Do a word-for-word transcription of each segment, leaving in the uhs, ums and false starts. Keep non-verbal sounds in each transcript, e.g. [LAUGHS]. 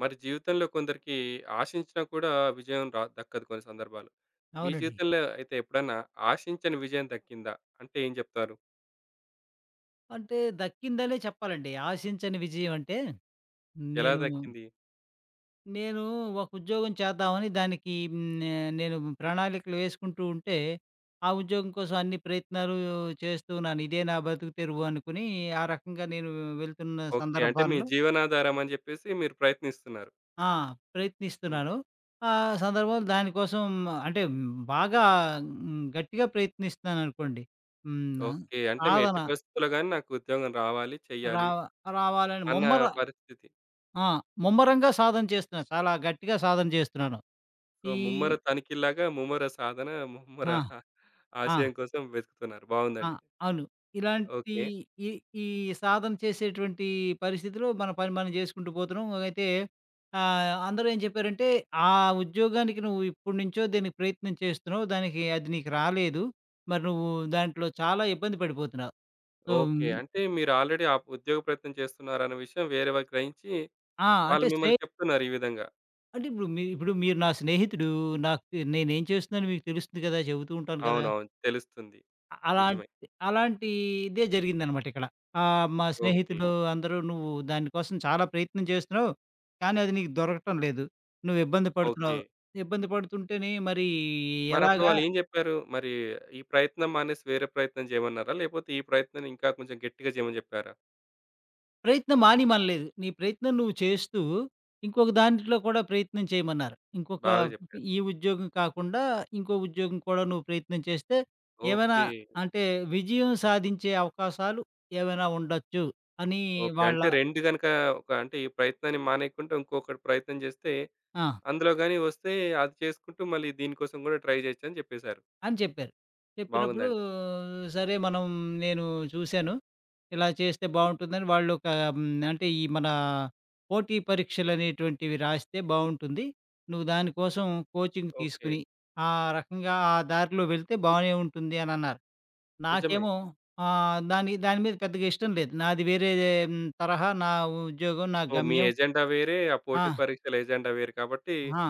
మరి జీవితంలో కొందరికి ఆశించినా కూడా విజయం రా దక్కదు కొన్ని సందర్భాలు. మీ అవునండి. జీవితంలో అయితే ఎప్పుడన్నా ఆశించని విజయం దక్కిందా? అంటే ఏం చెప్తారు? అంటే దక్కిందనే చెప్పాలండి. ఆశించని విజయం అంటే ఎలా నేను, దక్కింది? నేను ఒక ఉద్యోగం చేద్దామని దానికి హ్మ్, నే నేను ప్రణాళికలు వేసుకుంటూ ఉంటే, ఆ ఉద్యోగం కోసం అన్ని ప్రయత్నాలు చేస్తూ ఉన్నాను. ఇదే నా బతుకు తెరువు అనుకుని ఆ రకంగా నేను వెళ్తున్న ఓకే. అంటే మీ సందర్భాల్లో జీవనాధారం అని చెప్పేసి మీరు ప్రయత్నిస్తున్నారు. ఆ! హ్మ్. ప్రయత్నిస్తున్నాను. ఆ సందర్భంలో దానికోసం అంటే బాగా హ్మ్, గట్టిగా ప్రయత్నిస్తున్నాననుకోండి. హ్మ్. ఓకే. అంటే మీ సాధన ఎట్టి పరిస్థితుల్లో గాని నాకు ఉద్యోగం రావాలి, చెయ్యాలి రావ రావాలని అన్న ముమ్మర పరిస్థితి. ఆ! ముమ్మరంగా సాధన చేస్తున్నాను. చాలా గట్టిగా సాధన చేస్తున్నాను. సో, ఈ ముమ్మర తనిఖీల్లాగా ముమ్మర సాధన, ముమ్మర ఆ! ఆ! ఆశయం కోసం వెతుకుతున్నారు. ఆ! బావుందండి. అవును. ఇలాంటి ఓకే. ఈ ఈ సాధన చేసేటువంటి పరిస్థితిలో మన పని మనం చేసుకుంటూ పోతున్నాం. అయితే ఆహ్, అందరూ ఏం చెప్పారంటే, "ఆ ఉద్యోగానికి నువ్వు ఇప్పటి నుంచో దీనికి ప్రయత్నం చేస్తున్నావు. దానికి అది నీకు రాలేదు. మరి నువ్వు దాంట్లో చాలా ఇబ్బంది పడిపోతున్నావు." So okay. అంటే మీరు ఆల్రెడీ ఆ ఉద్యోగ ప్రయత్నం చేస్తున్నారన్న విషయం వేరే వాళ్ళు గ్రహించి ఆ! వాళ్ళు అంటే స్నేహి మిమ్మల్ని చెప్తున్నారు ఈ విధంగా. అంటే ఇప్పుడు మీ ఇప్పుడు మీరు నా స్నేహితుడు. నాకు నేనేం చేస్తున్నానో మీకు తెలుస్తుంది కదా! చెబుతూ ఉంటాను కదా! అవునవును. తెలుస్తుంది. అ అలాంటి నిజమే. అలాంటి ఇదే జరిగిందనమాట ఇక్కడ. ఆహ్, మా ఓకే. స్నేహితులు అందరూ "నువ్వు దానికోసం చాలా ప్రయత్నం చేస్తున్నావు. కానీ అది నీకు దొరకటం లేదు. నువ్వు ఇబ్బంది ఓకే. పడుతున్నావు. ఇబ్బంది పడుతుంటేనే మరి మరప్పుడు ఎలాగా? వాళ్ళేం జెప్పారు? మరి ఈ ప్రయత్నం మానేసి వేరే ప్రయత్నం జేయమన్నారా? లేపోతే ఈ ప్రయత్నాన్ని ఇంకా కొంచెం గట్టిగా జేయమని జెప్పారా? ప్రయత్నం మానేయమనలేదు. నీ ప్రయత్నం నువ్వు చేస్తూ, ఇంకొక దాంట్లో కూడా ప్రయత్నం చేయమన్నారు. ఇంకొక బాగా జెప్పారు. ఈ ఉద్యోగం కాకుండా ఇంకో ఉద్యోగం కూడా నువ్వు ప్రయత్నం చేస్తే ఏమైనా ఓకే. అంటే విజయం సాధించే అవకాశాలు ఏమైనా ఉండొచ్చు" అని ఓకే. వాళ్ళ అంటే రెండు గనక ఒక అంటే ఈ ప్రయత్నాన్ని మానేయకుండా ఇంకొకటి ప్రయత్నం జేస్తే ఆ! అందులో గాని వస్తే అది చేసుకుంటూ మళ్ళీ దీనికోసం గూడా ట్రై జేయొచ్చని జెప్పేసారు. అని చెప్పారు. చెప్పినప్పుడు బాగుందండి. సరే మనం నేను చూసాను. ఇలా చేస్తే బావుంటుందని వాళ్ళొక హ్మ్, అంటే ఈ మన పోటీ పరీక్షలనేటువంటివి రాస్తే బావుంటుంది. నువ్వు దానికోసం కోచింగ్ ఓకే. తీసుకొని, ఆ రకంగా ఆ దారిలో వెళ్తే బానే ఉంటుంది అనన్నారు. నిజమే. నాకేమో ఆహ్, దాని దాని మీద పెద్దగా ఇష్టం లేదు. నాది వేరే హ్మ్, తరహా నా ఉద్యోగం, నా సో, మీ గమ్యం. ఎజెండా వేరే, ఆ పోటీ ఆ! పరీక్షల ఎజెండా వేరు కాబట్టి ఆ!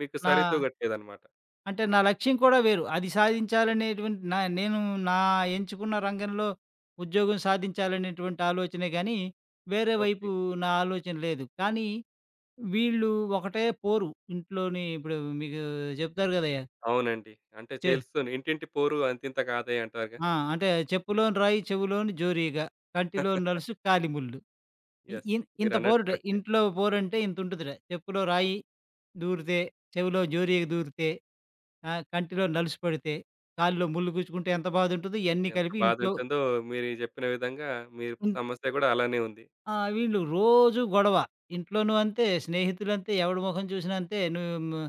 మీకు నా సరితూగట్లేదన్నమాట. అంటే నా లక్ష్యం కూడా వేరు. అది సాధించాలనేటువంటి నా నేను నా ఎంచుకున్న రంగంలో ఉద్యోగం సాధించాలనేటువంటి ఆలోచనే గానీ, వేరే వైపు ఓకే. నా ఆలోచన లేదు. కానీ వీళ్ళు ఒకటే పోరు. ఇంట్లోని ఇప్పుడు మీకు చెప్తారు గదయ్యా! అవునండి. అంటే చె తెలుస్తుంది. ఇంటింటి పోరు అంతింత కాదే అంటారుగా. ఆ! అంటే చెప్పులోని రాయి చెవులోని జోరీగ, కంటిలోని [LAUGHS] నలుసు కాలి ముల్లు. ఇ యెస్. ఇన్ ఇంత మీరన్నట్టు బోరు‌డే. కరెక్టే. ఇంట్లో బోరంటే ఇంతుంటదిరా. చెప్పులో రాయి దూరితే, చెవిలో జోరీగ దూరితే, ఆహ్, కంటిలో నలుసు పడితే, కాలులో ముళ్ళు గుచ్చుకుంటే ఎంత బాధుంటదో ఇయన్నీ ఎంత కలిపి ఇంట్లో బాధుంటుందో మీరు జెప్పిన విధంగా మీ ఇన్ సమస్య గూడా అలానే ఉంది. ఆ! వీళ్ళు రోజూ గొడవ. ఇంట్లోనూ అంతే, స్నేహితులంతే, ఎవడి మొహం చూసినా అంతే. నువ్వు ము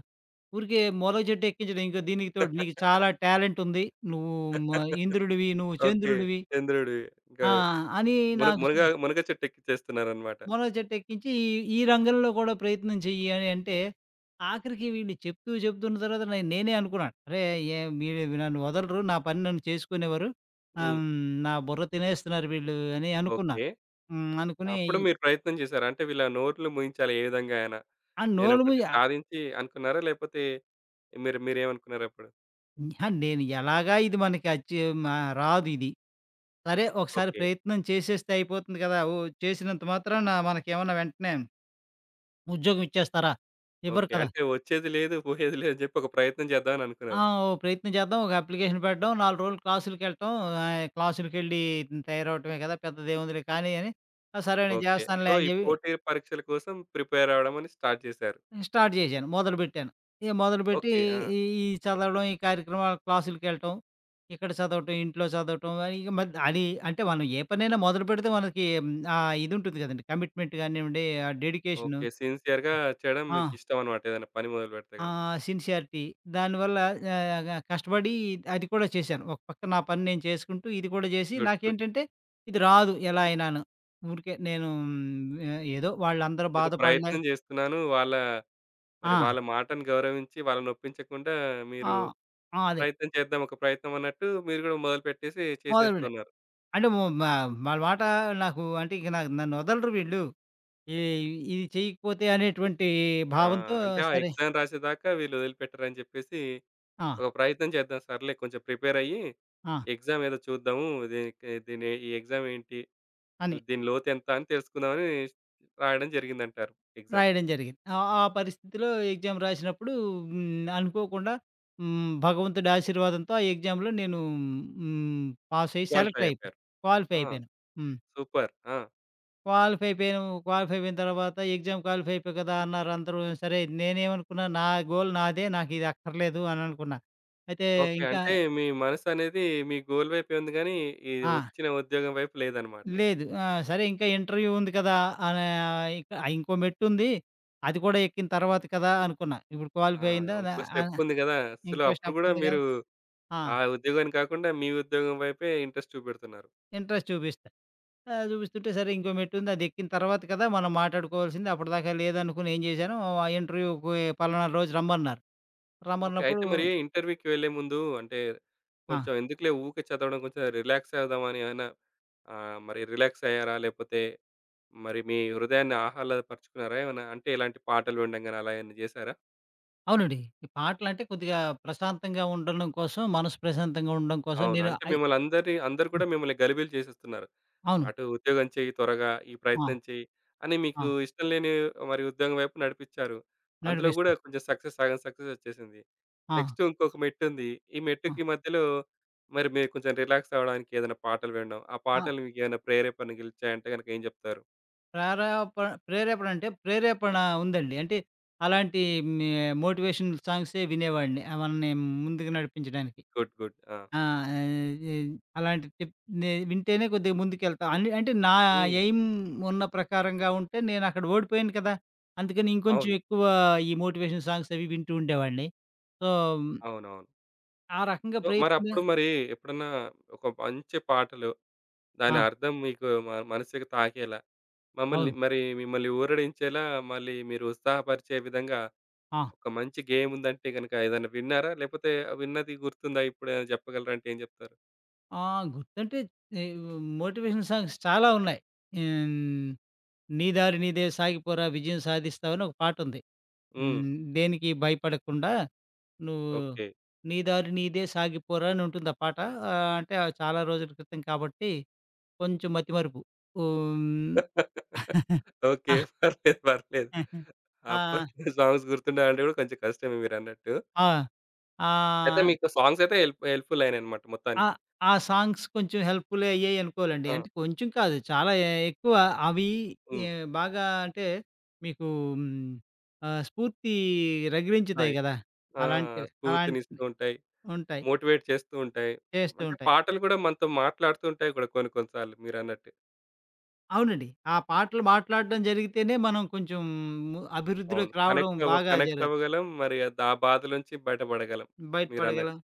ఊరికే మూలగ చెట్టు ఎక్కించడం. ఇంకో దీనికి తోడు నీకు చాలా [LAUGHS] టాలెంటుంది. నువ్వు మ ఇంద్రుడివి, నువ్వు ఓకే. చంద్రుడివి చంద్రుడు ఇంకా ఆ! అని మున నాకు మునగ మునగ చెట్టెక్కిచ్చేస్తున్నారనమాట. మరో చెట్టు ఎక్కించి ఈ ఈ రంగంలో కూడా ప్రయత్నం చెయ్యి అని అంటే, ఆఖరికి వీళ్ళు చెప్తూ చెప్తున్న తర్వాత నే నేనే అనుకున్నాను. అరే! ఏ వీళ్ళు నన్ను వదలరు. నా పని నన్ను చేసుకునేవారు. ఆహ్, హ్మ్. హ్మ్. నా బుర్ర తినేస్తున్నారు వీళ్ళు అని అనుకున్నా. ఓకే. హ్మ్. అనుకుని అప్పుడు మీరు ప్రయత్నం చేసారా? అంటే వీళ్ళ నోర్లు మూయించాలి ఏ విధంగా అయినా. ఆ! నోరు నేనొకటి మూయి ఆహ్, సాధించి అనుకున్నారా? లేపోతే మీరు మీరేమనుకున్నారప్పుడు? అహా! నేను ఎలాగా ఇది మనకి అచ్చి మ రాదు ఇది. సరే ఒకసారి ఓకే. ప్రయత్నం చేసేస్తే అయిపోతుంది కదా! ఓ చేసినంత మాత్రాన మనకేమన్నా వెంటనే ఉద్యోగం ఇచ్చేస్తారా? ఇవ్వరు ఓకే. కదా! అంటే వచ్చేది లేదు, పోయేది లేదని జెప్పి ఒక ప్రయత్నం చేద్దామని ఆ! అనుకున్నారు. ఓ ప్రయత్నం చేద్దాం. ఒక అప్లికేషన్ పెట్టడం, నాలుగు రోజులు క్లాసులకెళ్ళటం, ఆహ్, క్లాసులకెళ్ళి తయారవ్వటమే కదా! పెద్దదేముందిలే కానీ అని, ఆ! సరే నేను ఓకే. సో, చేస్తానులే అని ఈ చెప్పి పోటీ పరీక్షల కోసం ప్రిపేర్ అవ్వడం అని స్టార్ట్ చేశారు. స్టార్ట్ చేశాను. మొదలుపెట్టాను. ఇక మొదలుపెట్టి ఓకే. ఆ! ఈ ఈ చదవడం, ఈ కార్యక్రమాలు క్లాసులకెళ్ళటం, ఇక్కడ చదవటం, ఇంట్లో చదవటం అని ఇక మరి అది అంటే మనం ఏ పనైనా మొదలుపెడితే మనకి మ్, ఆ ఇదుంటుంది కదండీ! కమిట్మెంట్ కానివ్వండి, ఆ డెడికేషను. ఓకే. సిన్సియర్‌గా చేయడం ఆ! మీకిష్టమనమాట. ఏదైనా పని మొదలుపెడితే ఆ! గనక. సిన్సియారిటీ. దానివల్ల ఆహ్, కష్టపడి అది కూడా చేశాను. ఒక పక్క నా పని నేను చేసుకుంటూ, ఇది కూడా చేసి గుడ్. గుడ్. నాకేంటంటే ఇది రాదు ఎలా అయినాను. ఊరికే నేను ఆహ్, ఏదో వాళ్ళందరూ ఏదో బాధపడలే ప్రయత్నం చేస్తున్నాను. వాళ్ళ మరి ఆ! వాళ్ళ మాటను గౌరవించి వాళ్ళనొప్పించకుండా మీరు ఆ! ఆ! అదే. ప్రయత్నం చేద్దాం ఒక ప్రయత్నం అన్నట్టు మీరు గూడా మొదలుపెట్టేసి మొదలుపెట్టా. చేసేస్తున్నారు. అంటే మ మ వాళ్ళ మాట నాకు అంటే ఇక నాకు నన్ను వదలరు వీళ్ళు. ఈ ఇది చేయకపోతే అనేటువంటి ఆ! భావంతో అంటే ఆ సరే ఎగ్జామ్ రాసేదాకా వీళ్ళు వదిలిపెట్టరని చెప్పేసి ఆ! ఒక ప్రయత్నం చేద్దాం సర్లే కొంచెం ప్రిపేర్ అయ్యి ఆ! ఎగ్జామ్ ఏదో చూద్దాము. దీనికి దీని ఈ ఎగ్జామ్ ఏంటి? అని. దీని లోతెంత అని తెలుసుకుందామని రాయడం జరిగిందంటారు ఎగ్జామ్. రాయడం జరిగింది. ఆ! ఆ పరిస్థితిలో ఎగ్జామ్ రాసినప్పుడు హ్మ్, అనుకోకుండా హ్మ్, భగవంతుడి ఆశీర్వాదంతో ఆ ఎగ్జామ్‌లో నేను హ్మ్, పాస్ అయ్యి క్వాలిఫై సెలెక్ట్ అయిపోయాను. అయిపోయారు. క్వాలిఫై ఆ! అయిపోయాను. హ్మ్. సూపర్. ఆ! క్వాలిఫై అయిపోయాను. క్వాలిఫై అయిపోయిన తర్వాత ఎగ్జామ్ క్వాలిఫై అయిపోయావు కదా! అన్నారు అందరూ. సరే నేనేమనుకున్నా నా గోల్ నాదే. నాకిది అక్కర్లేదు అని అనుకున్నా. అయితే ఓకే. ఇంకా అంటే మీ మనసనేది మీ గోల్ వైపే ఉంది గానీ, ఈ ఆ! వచ్చిన ఉద్యోగం వైపు లేదనమాట. లేదు. ఆ! సరే ఇంకా ఇంటర్వ్యూ ఉంది కదా! అనే ఇంక ఇంకో మెట్టుంది. అది కూడా ఎక్కిన తర్వాత కదా! అనుకున్నా. ఇప్పుడు ఆ! క్వాలిఫై అయిందా? న ఇంకో అన స్టెప్పుంది గదా! అసలు ఇంకో అప్పుడు స్టెప్ గూడా ఉంది గదా! మీరు ఆ! ఆ ఉద్యోగాన్ని కాకుండా మీ ఉద్యోగం వైపే ఇంట్రెస్ట్ చూపెడుతున్నారు. ఇంట్రెస్ట్ చూపిస్తా. ఆహ్, చూపిస్తుంటే సరే ఇంకో మెట్టుంది అదెక్కిన తర్వాత కదా! మనం మాట్లాడుకోవాల్సింది. అప్పటిదాకా లేదనుకుని ఏం చేశాను ఆ ఇంటర్వ్యూకి పలానా రోజు రమ్మన్నారు. ఓకే. అయితే రమ్మన్నప్పుడు మరి ఇంటర్వ్యూకి వెళ్ళే ముందు అంటే ఆ! కొంచెం ఎందుకులే ఊకే చదవడం కొంచెం రిలాక్స్ అవుదామని ఏమైనా ఆహ్, మరి రిలాక్స్ అయ్యారా? లేపోతే మరి మీ హృదయాన్ని ఆహ్లాదపరుచుకున్నారా ఏమన్నా? అంటే ఇలాంటి పాటలు వినడం గాని అలా ఏమన్నా జేసారా? అవునండి. ఈ పాటలంటే కొద్దిగా ప్రశాంతంగా ఉండడం కోసం, మనసు ప్రశాంతంగా ఉండడం కోసం అవును. నేను అంటే అయి మిమ్మల్ని అందరిని అందరూ కూడా మిమ్మల్ని గలిబిలి చేసేస్తున్నారు. అవును. అటు ఉద్యోగం చెయ్యి త్వరగా, ఈ ఆ! ప్రయత్నం చెయ్యి అని ఆ! మీకు ఇష్టం లేని మరి ఉద్యోగం వైపు నడిపిచ్చారు. అందులో గూడా నడిపిస్తా. కొంచెం సక్సెస్ సగం సక్సెస్ ఒచ్చేసింది. ఆ! నెక్స్ట్ ఇంకొక మెట్టుంది. ఈ ఆ! మెట్టుకి మధ్యలో మరి మీరు కొంచెం రిలాక్స్ అవ్వడానికి ఏదైనా పాటలు వినడం, ఆ ఆ! పాటలు మీకేమైనా ప్రేరేపణ గలిచాయంటే గనక ఏం జెప్తారు? ప్రేరేప ప్రేరేపణ అంటే ప్రేరేపణ ఉందండి. అంటే అలాంటి మే మోటివేషనల్ సాంగ్సే వినేవాడిని. ఆహ్, మనల్ని ముందుకు నడిపించడానికి. గుడ్. గుడ్. ఆ! ఆ! ఆహ్, అలాంటి టిప్ నే వింటేనే కొద్దిగా ముందుకెళ్తా. అన్ అంటే నా హ్మ్. ఎయిమ్ ఉన్న ప్రకారంగా ఉంటే నేనక్కడ ఓడిపోయాను కదా! అందుకని ఇంకొంచెం అవును. ఎక్కువ ఈ మోటివేషన్ సాంగ్స్ అవి వింటూ ఉండేవాడిని. సో, అవునవును. ఆ రకంగా సో, ప్రయత్న మరప్పుడు మరి ఎప్పుడన్నా ఒక మంచి పాటలు, ఆ! దాని అర్థం మీకు మ మనసుకి తాకేలా, మమ్మల్ని అవును. మరి మిమ్మల్ని ఊరడించేలా, మళ్ళీ మీరు ఉత్సాహపరిచే విధంగా ఆ! ఒక మంచి గేమ్ ఉందంటే గనక ఏదైనా విన్నారా? లేపోతే విన్నది గుర్తుందా? ఇప్పుడేమైనా చెప్పగలరా అంటే ఏం చెప్తారు? ఆ! గుర్తంటే ఈ మోటివేషన్ సాంగ్స్ చాలా ఉన్నాయి. హ్మ్. 'నీ దారి నీదే సాగిపోరా విజయం సాధిస్తావని' ఒక పాటుంది. హ్మ్. హ్మ్. దేనికి భయపడకుండా నువ్వు ఓకే. నీ దారి నీదే సాగిపోరా అని ఉంటుంది ఆ పాట. ఆహ్, అంటే అది చాలా రోజుల క్రితం కాబట్టి కొంచెం మతిమరుపు. ఓహ్! [LAUGHS] ఓకే. ఆహ్, పర్లేదు. పర్లేదు. [LAUGHS] ఆ! అప్పట్లో సాంగ్స్ గుర్తుండాలంటే గూడా కొంచెం కష్టమే మీరన్నట్టు. ఆ! అయితే ఆహ్, మీకు సాంగ్స్ అయితే హెల్ప్ హెల్ప్‌ఫుల్ అయినాయన్నమాట ఆ! మొత్తానికి. ఆ సాంగ్స్ కొంచెం హెల్ప్‌ఫుల్ అయ్యాయి అనుకోవాలండి. ఆ! అంటే కొంచెం కాదు చాలా ఎ ఎక్కువ అవి హ్మ్. ఎ బాగా అంటే మీకు హ్మ్, ఆహ్, స్ఫూర్తి రగిలించుతాయి హాయ్. గదా! ఆ! అలాంటివి స్ఫూర్తినిస్తూ అలాంటివి ఉంటాయి. ఉంటాయి. మోటివేట్ చేస్తూ ఉంటాయి. చేస్తూ అంటే ఉంటాయి. పాటలు గూడా మనతో మాట్లాడుతూ ఉంటాయి గూడా కొన్ని కొన్ని సార్లు మీరన్నట్టు. అవునండి. ఆ పాటలు మాట్లాడడం జరిగితేనే మనం కొంచెం ము అవును. అభివృద్ధిలోకి రావడం కనెక్ట్ అవ్వ బాగా కనెక్ట్ జరు అవ్వగలం. మరి దా బాధ నుంచి బయటపడగలం మీరన్నట్టు. బయటపడగలం.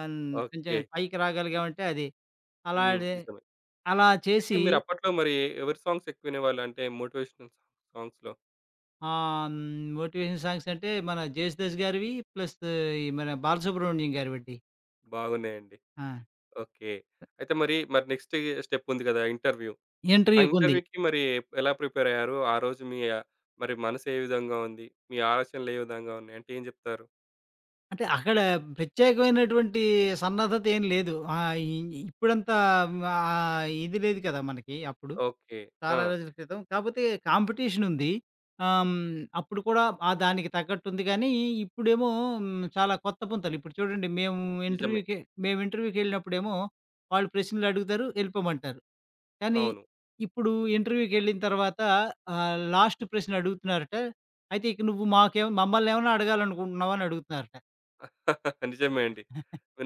అన్ కొంచెం ఓకే. పైకి రాగలిగామంటే అది. హ్మ్. అలానే నిజమే. అలా అయితే చేసి మీరప్పట్లో మరి ఎవరి సాంగ్స్ ఎక్కువ వినేవాళ్ళు? అంటే మోటివేషనల్ సాంగ్స్‌లో ఆహ్, హ్మ్. మోటివేషన్ సాంగ్స్ అంటే మన 'జేసుదాసు' గారివి ప్లస్ ఈ మన 'బాలసుబ్రహ్మణ్యం' గారివండి. బాగున్నాయండి. ఆ! ఓకే. అయితే మరి, మరి నెక్స్ట్ స్టెప్ ఉంది గదా! ఇంటర్వ్యూ. ఆ ఇంటర్వ్యూకుంది. ఇంటర్వ్యూకి మరి ఎలా ప్రిపేర్ అయ్యారు? ఆ రోజు మీ ఆహ్, మరి మనసు ఏ విధంగా ఉంది? మీ ఆలోచనలు ఏ విధంగా ఉన్నాయి? అంటే ఏం జెప్తారు? అంటే అక్కడ ప్రత్యేకమైనటువంటి సన్నద్ధత ఏం లేదు. ఆహ్, ఇ ఇప్పుడంతా ఆహ్, ఇది లేదు కదా! మనకి అప్పుడు. ఓకే. ఆ! చాలా రోజుల క్రితం. కాపోతే కాంపిటీషనుంది. ఆహ్, హ్మ్. అప్పుడు కూడా ఆ దానికి తగ్గట్టుంది గానీ, ఇప్పుడేమో హ్మ్, చాలా కొత్త పుంతలు. ఇప్పుడు చూడండి మేము నిజమే. ఇంటర్వ్యూ‌కి మేము ఇంటర్వ్యూ‌కెళ్ళినప్పుడేమో వాళ్ళు ప్రశ్నలడుగుతారు, ఎళ్ళిపోమంటారు. కానీ అవును. ఇప్పుడు ఇంటర్వ్యూ‌కెళ్ళిన తర్వాత ఆహ్, లాస్ట్ ప్రశ్న అడుగుతున్నారట. అయితే ఇక నువ్వు మాకేం మమ్మల్నేమన్నా అడగాలనుకుంటున్నావా అని అడుగుతున్నారట. [LAUGHS] నిజమే అండి.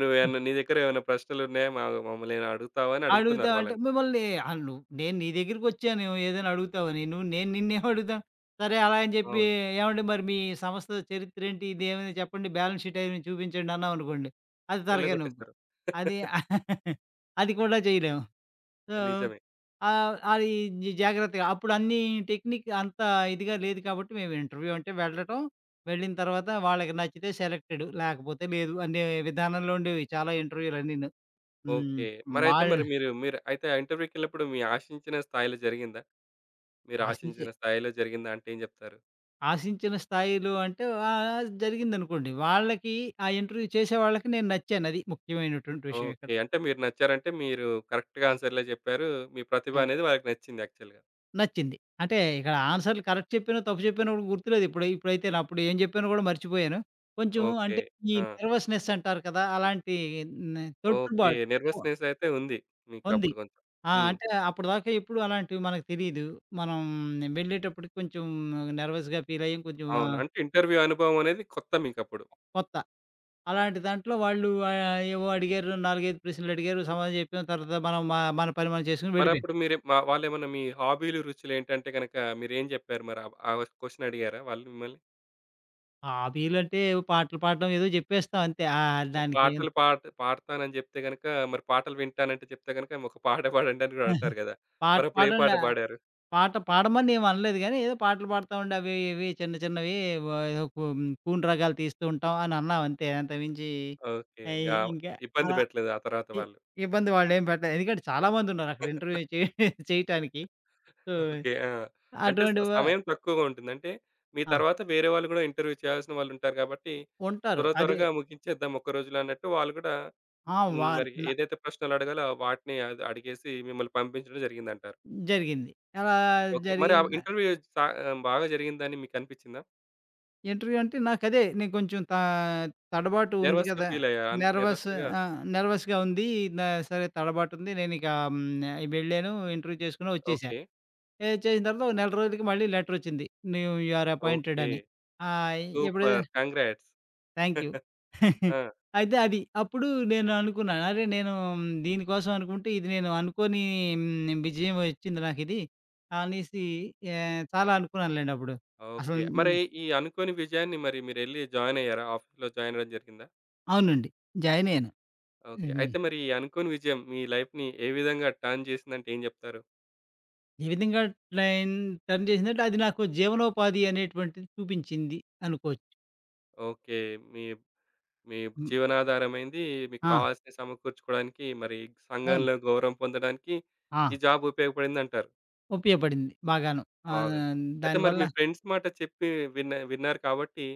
నువ్వేమన్నా నీ దగ్గర ఏమైనా ప్రశ్నలున్నాయా? మా మమ్మల్ని ఏమైనా అడుగుతావా? అని అడుగుతున్నారు అడుగుతాం అంటే వాళ్ళని. మిమ్మల్ని ఆళ్ళు నేను నీ దగ్గరికొచ్చాను ఏదైనా అడుగుతావని. నువ్వు నేను నిన్నేం అడుగుతాను. సరే అలా అని చెప్పి అవును. ఏవండీ మరి మీ సంస్థ చరిత్ర ఏంటి? ఇదేమైనా చెప్పండి. బ్యాలెన్స్ షీట్ అవి చూపించండి అన్నామనుకోండి. అది తలకాయ నొప్పి. ఎల్లగొట్టేస్తారు. అది [LAUGHS] [LAUGHS] అది కూడా చేయలేము. సో, నిజమే. ఆహ్, అది జ- జాగ్రత్తగా అప్పుడు అన్ని టెక్నిక్ అంత ఇదిగా లేదు కాబట్టి మేము ఇంటర్వ్యూ అంటే వెళ్ళటం, వెళ్ళిన తర్వాత వాళ్ళకి నచ్చితే సెలెక్టెడ్ లేకపోతే లేదు అనే విధానంలో ఉండేవి చాలా ఇంటర్వ్యూలన్నీను. హ్మ్. ఓకే. మరైతే వాళ్ళ మరి మీరు మీరు అయితే ఆ ఇంటర్వ్యూకెళ్ళినప్పుడు మీ ఆశించిన స్థాయిలో జరిగిందా? మీరు ఆశించే ఆశించిన స్థాయిలో జరిగిందా అంటే ఏం జెప్తారు? ఆశించిన స్థాయిలో అంటే ఆహ్, జరిగిందనుకోండి. వాళ్ళకి ఆ ఇంటర్వ్యూ చేసే వాళ్ళకి నేను నచ్చాను. అది ముఖ్యమైనటువంటి విషయం ఇక్కడ. ఓకే. అంటే మీరు నచ్చారంటే మీరు కరెక్ట్‌గా హ్మ్. ఆన్సర్‌లే జెప్పారు. మీ ప్రతిభ హ్మ్. అనేది వాళ్ళకి నచ్చింది యాక్చువల్‌గా. నచ్చింది. అంటే ఇక్కడ ఆన్సర్‌లు కరెక్ట్ చెప్పానో, తప్పు చెప్పానో కూడా గుర్తులేదు. ఇప్పుడు ఇప్పుడైతే నా అప్పుడు ఏం చెప్పానో కూడా మర్చిపోయాను. కొంచెం ఓకే. అంటే ఈ ఆ! నెర్వస్‌నెస్ అంటారు కదా! అలాంటి నే ఓకే. తొట్రుబాటు ఉ నెర్వస్‌నెస్ అయితే ఉంది ఉంది. మీకప్పుడు కొంచెం. ఆ! హ్మ్. అంటే అప్పటిదాకా ఎప్పుడు అలాంటివి మనకు తెలీదు. మనం వెళ్ళేటప్పటికి కొంచెం నెర్వస్‌గా ఫీల్ అయ్యాం. కొంచెం అవును. ఆహ్, అంటే ఇంటర్వ్యూ అనుభవం అనేది కొత్త మీకప్పుడు. కొత్త. అలాంటి దాంట్లో వాళ్ళు ఆహ్, ఏవో అడిగారు. నాలుగు, ఐదు ప్రశ్నలు అడిగారు. సమాధానం చెప్పాం. తర్వాత మనం మ మన పని మనం చేసుకొని వెళ్ళిపోయాం. మరప్పుడు మీరు మా వాళ్ళేమన్నా మీ హాబీలు, రుచులేంటంటే గనక మీరేం జెప్పారు మరి? ఆ క్వెషన్ అడిగారా వాళ్ళు మిమ్మల్ని? హాబీలంటే ఏవో పాటలు పాడడం ఏదో చెప్పేస్తాం అంతే. ఆహ్, మరి దానికేం పాటలు పాట పాడతానని జెప్తే గనక, మరి పాటలు వింటానంటే చెప్తే గనక ఒక పాట పాడండి అని గూడా [LAUGHS] అంటారు గదా! పాట మరప్పుడు ఏ పాడండి పాట ఆ, పాడారు? పాట పాడమని ఏమి అనలేదు గానీ, ఏదో పాటలు పాడుతా ఉండి అవి ఇవి చిన్న చిన్నవి వ ఏదో కు కూని రాగాలు తీస్తూ ఉంటాం అని అన్నాం అంతే. అంతకుమించి ఓకే. ఆహ్, ఇంగా ఇంకా ఇబ్బంది అలా పెట్టలేదు ఆ తర్వాత ఇ వాళ్ళు. ఇబ్బంది వాళ్ళేం పెట్టలేదు. ఎందుకంటే చాలామందున్నారు అక్కడ ఇంటర్వ్యూ చే చేయటానికి. So, okay. ఆ! అంటే స అటువంటి వ సమయం తక్కువగా ఉంటుంది. అంటే మీ ఆ! తర్వాత వేరే వాళ్ళు గూడా ఇంటర్వ్యూ చేయాల్సిన వాళ్ళుంటారు గాబట్టి, ఉంటారు. త్వర అదే త్వరగా ముగించేద్దాం ఒక్క రోజులో అన్నట్టు వాళ్ళు గూడా ఆ! హ్మ్. వా మరి ఏదైతే ప్రశ్నలు అడగాలో వాటిని అ అడిగేసి మిమ్మల్ని పంపించడం జరిగిందంటారు. జరిగింది. అలా ఓకే. మరి ఆ జరిగిందా ఇంటర్వ్యూ సా ఆహ్, బాగా జరిగిందని మీకనిపిచ్చిందా? ఇంటర్వ్యూ అంటే నాకదే నేను కొంచెం త తడబాటు ఉంది నెర్వస్‌గా కదా! ఫీలయ్యారా? నెర్వస్ నెర్వస్‌గా ఆ! నెర్వస్‌గా ఉంది. నా సరే తడబాటుంది. నేనిక హ్మ్, వెళ్ళాను. ఇంటర్వ్యూ చేసుకున్నా వచ్చేసా. ఓకే. ఏ చేసిన తర్వాత ఒక నెల రోజులకి మళ్ళీ లెటరొచ్చింది. "New you are appointed" okay. అని. ఆహ్, ఎప్పుడైతే సూపర్. కంగ్రాట్స్. Thank you. [LAUGHS] [LAUGHS] ఆ! అయితే అది. అప్పుడు నేను అనుకున్నాను. అరే! నేను మ్, దీనికోసం అనుకుంటే ఇది నేను అనుకోని హ్మ్, విజయం వచ్చింది నాకిది అనేసి ఆహ్, చాలా అనుకున్నానులెండి అప్పుడు. అసలు ఓకే. మరి హ్మ్. ఈ అనుకోని విజయాన్ని మరి మీరెళ్లి జాయినయ్యారా? ఆఫీస్‌లో జాయినవ్వడం జరిగిందా? అవునండి. జాయిన్ అయ్యాను. ఓకే. హ్మ్. అయితే మరి ఈ అనుకోని విజయం మీ లైఫ్‌ని ఏ విధంగా టర్న్ చేసిందంటే ఏం జెప్తారు? ఈ విధంగా ట్రైన్ టర్న్ చేసిందంటే అది నాకు జీవనోపాధి అనేటువంటిది చూపించింది అనుకోవచ్చు. ఓకే. మీ మీ హ్మ్. జీవనాధారమైంది. మీకు ఆ! కావాల్సినవి సమకూర్చుకోవడానికి, మరి అవును. సంఘంలో గౌరవం పొందడానికి ఆ! ఈ జాబ్ ఉపయోగపడిందంటారు. ఉపయోగపడింది బాగాను. బాగుంది. ఆహ్, అయితే మరి దానివల్ల మీ ఫ్రెండ్స్ మాట చెప్పి విన్న విన్నారు కాబట్టి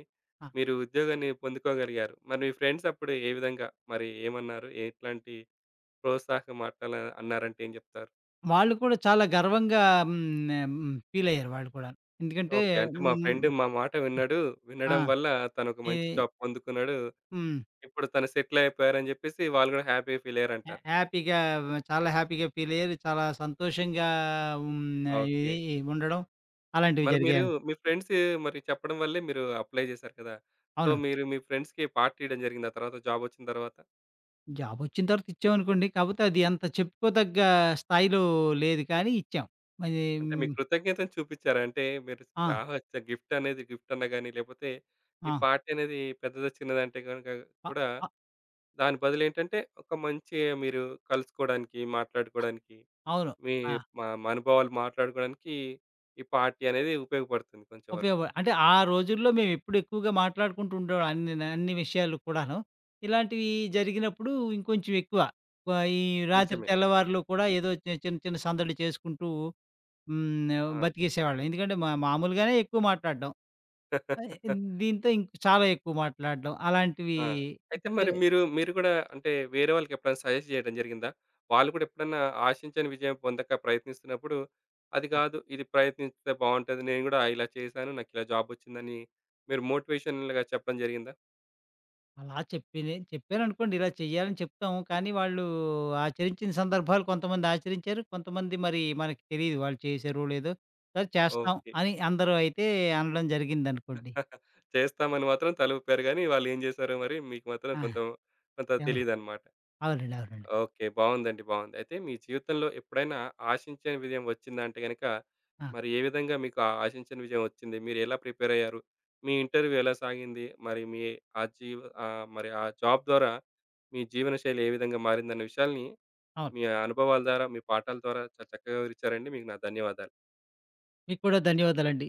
ఆ! మీరు ఉద్యోగాన్ని పొందుకోగలిగారు. మరి మీ ఫ్రెండ్స్ అప్పుడు ఏ విధంగా మరి ఏమన్నారు? ఎట్లాంటి ప్రోత్సాహక మాటలు అన్నారంటే ఏం చెప్తారు? వాళ్ళు కూడా చాలా గర్వంగా హ్మ్. హ్మ్. ఫీలయ్యారు వాళ్ళు కూడా. ఎందుకంటే ఓకే. అంటే మా హ్మ్. ఫ్రెండ్ మా మాట విన్నాడు. ఆ! వినడం వల్ల తను ఒక ఈ మంచి జాబ్ పొందుకున్నాడు. హ్మ్. ఇప్పుడు తను సెటిల్ అయిపోయారని చెప్పేసి వాళ్ళు కూడా హ్యాపీగా ఫీల్ హ్యా అయ్యారంటారు. హ్యాపీగా చాలా హ్యాపీగా ఫీలయ్యారు. చాలా సంతోషంగా హ్మ్. ఓకే. ఇది ఉండడం అలాంటివి మరి మీరు జరిగాయని. మీ ఫ్రెండ్స్ మరి చెప్పడం వల్లే మీరు అప్లై చేశారు కదా! సో, అవునండి. మీరు మీ ఫ్రెండ్స్‌కి పార్టీ ఇయడం జరిగిందా తర్వాత జాబ్ వచ్చిన తర్వాత? జాబొచ్చిన తర్వాత ఇచ్చామనుకోండి. కాపోతే అది అంత చెప్పుకోదగ్గ స్థాయిలో లేదు కానీ ఇచ్చాం. అది అంటే మీ హ్మ్. కృతజ్ఞతను చూపిచ్చారా? అంటే మీరు ఆ! రావచ్చు గిఫ్ట్ అనేది గిఫ్ట్ అన్నా గాని, లేపోతే ఈ ఆ! పార్టీ అనేది పెద్దదా? చిన్నదా? అంటే గనుక అ కూడా అ దాని బదులేంటంటే, ఒక మంచి మీరు కలుసుకోవడానికి, మాట్లాడుకోవడానికి, అవును. మీ ఆ! మా మా అనుభవాలు మాట్లాడుకోవడానికి ఈ పార్టీ అనేది ఉపయోగపడుతుంది కొంచెం వరకు. ఉపయోగ అంటే ఆ రోజుల్లో మేమెప్పుడు ఎక్కువగా మాట్లాడుకుంటూ ఉండేవాళ్ళం అన్ని అన్ని విషయాలు కూడాను. ఇలాంటివి జరిగినప్పుడు ఇంకొంచెం ఎక్కువ. వ ఈ రాత్రి నిజమే. తెల్లవారులు కూడా ఏదో చి చిన్న చిన్న సందడులు చేసుకుంటూ హ్మ్. ఆ! బతికేసేవాళ్ళం. ఎందుకంటే మా మామూలుగానే ఎక్కువ మాట్లాడడం. ఆహ్, [LAUGHS] దీంతో ఇంక చాలా ఎక్కువ మాట్లాడడం అలాంటివి ఆ! అయితే చే మరి మీరు, మీరు గూడా అంటే వేరే వాళ్ళకి ఎప్పుడైనా సజెస్ట్ జేయడం జరిగిందా? వాళ్ళు కూడా ఎప్పుడన్నా ఆశించని విజయం పొందక ప్రయత్నిస్తున్నప్పుడు, అది గాదు, ఇది ప్రయత్నిస్తే బావుంటది. నేను గూడా ఇలా చేశాను. నాకిలా జాబొచ్చిందని మీరు మోటివేషనల్‌గా చెప్పడం జరిగిందా? అలా చెప్పినే చెప్పాననుకోండి, ఇలా చెయ్యాలని చెప్తాము. కానీ వాళ్ళు ఆచరించిన సందర్భాలు కొంతమంది ఆచరించారు. కొంతమంది మరి మనకి తెలీదు వాళ్ళు చేశారో లేదో. సరే చేస్తాం ఓకే. అని అందరూ అయితే అనడం జరిగిందనుకోండి. చేస్తామని మాత్రం తలూపారు గానీ, వాళ్ళేం జేశారో మరి మీకు మాత్రం ఆ! కొంత కొంత యావ్ అవునండి. తెలీదనమాట. అవునండి. ఓకే. బావుందండి. బావుంది. అయితే మీ జీవితంలో ఎప్పుడైనా ఆశించని విజయం వచ్చిందంటే గనక, ఆ! మరి ఏ విధంగా మీకు ఆ ఆశించని విజయం వచ్చింది? మీరెలా ప్రిపేర్ అయ్యారు? మీ ఇంటర్వ్యూ ఎలా సాగింది? మరి మీ ఆ జీవ ఆహ్, మరి ఆ జాబ్ ద్వారా మీ జీవన శైలి ఏ విధంగా మారిందన్న విషయాల్ని, అవును. మీ అనుభవాల ద్వారా, మీ పాఠాల ద్వారా చాలా చక్కగా వివరిచ్చారండి. మీకు నా ధన్యవాదాలు. మీకు కూడా ధన్యవాదాలండి.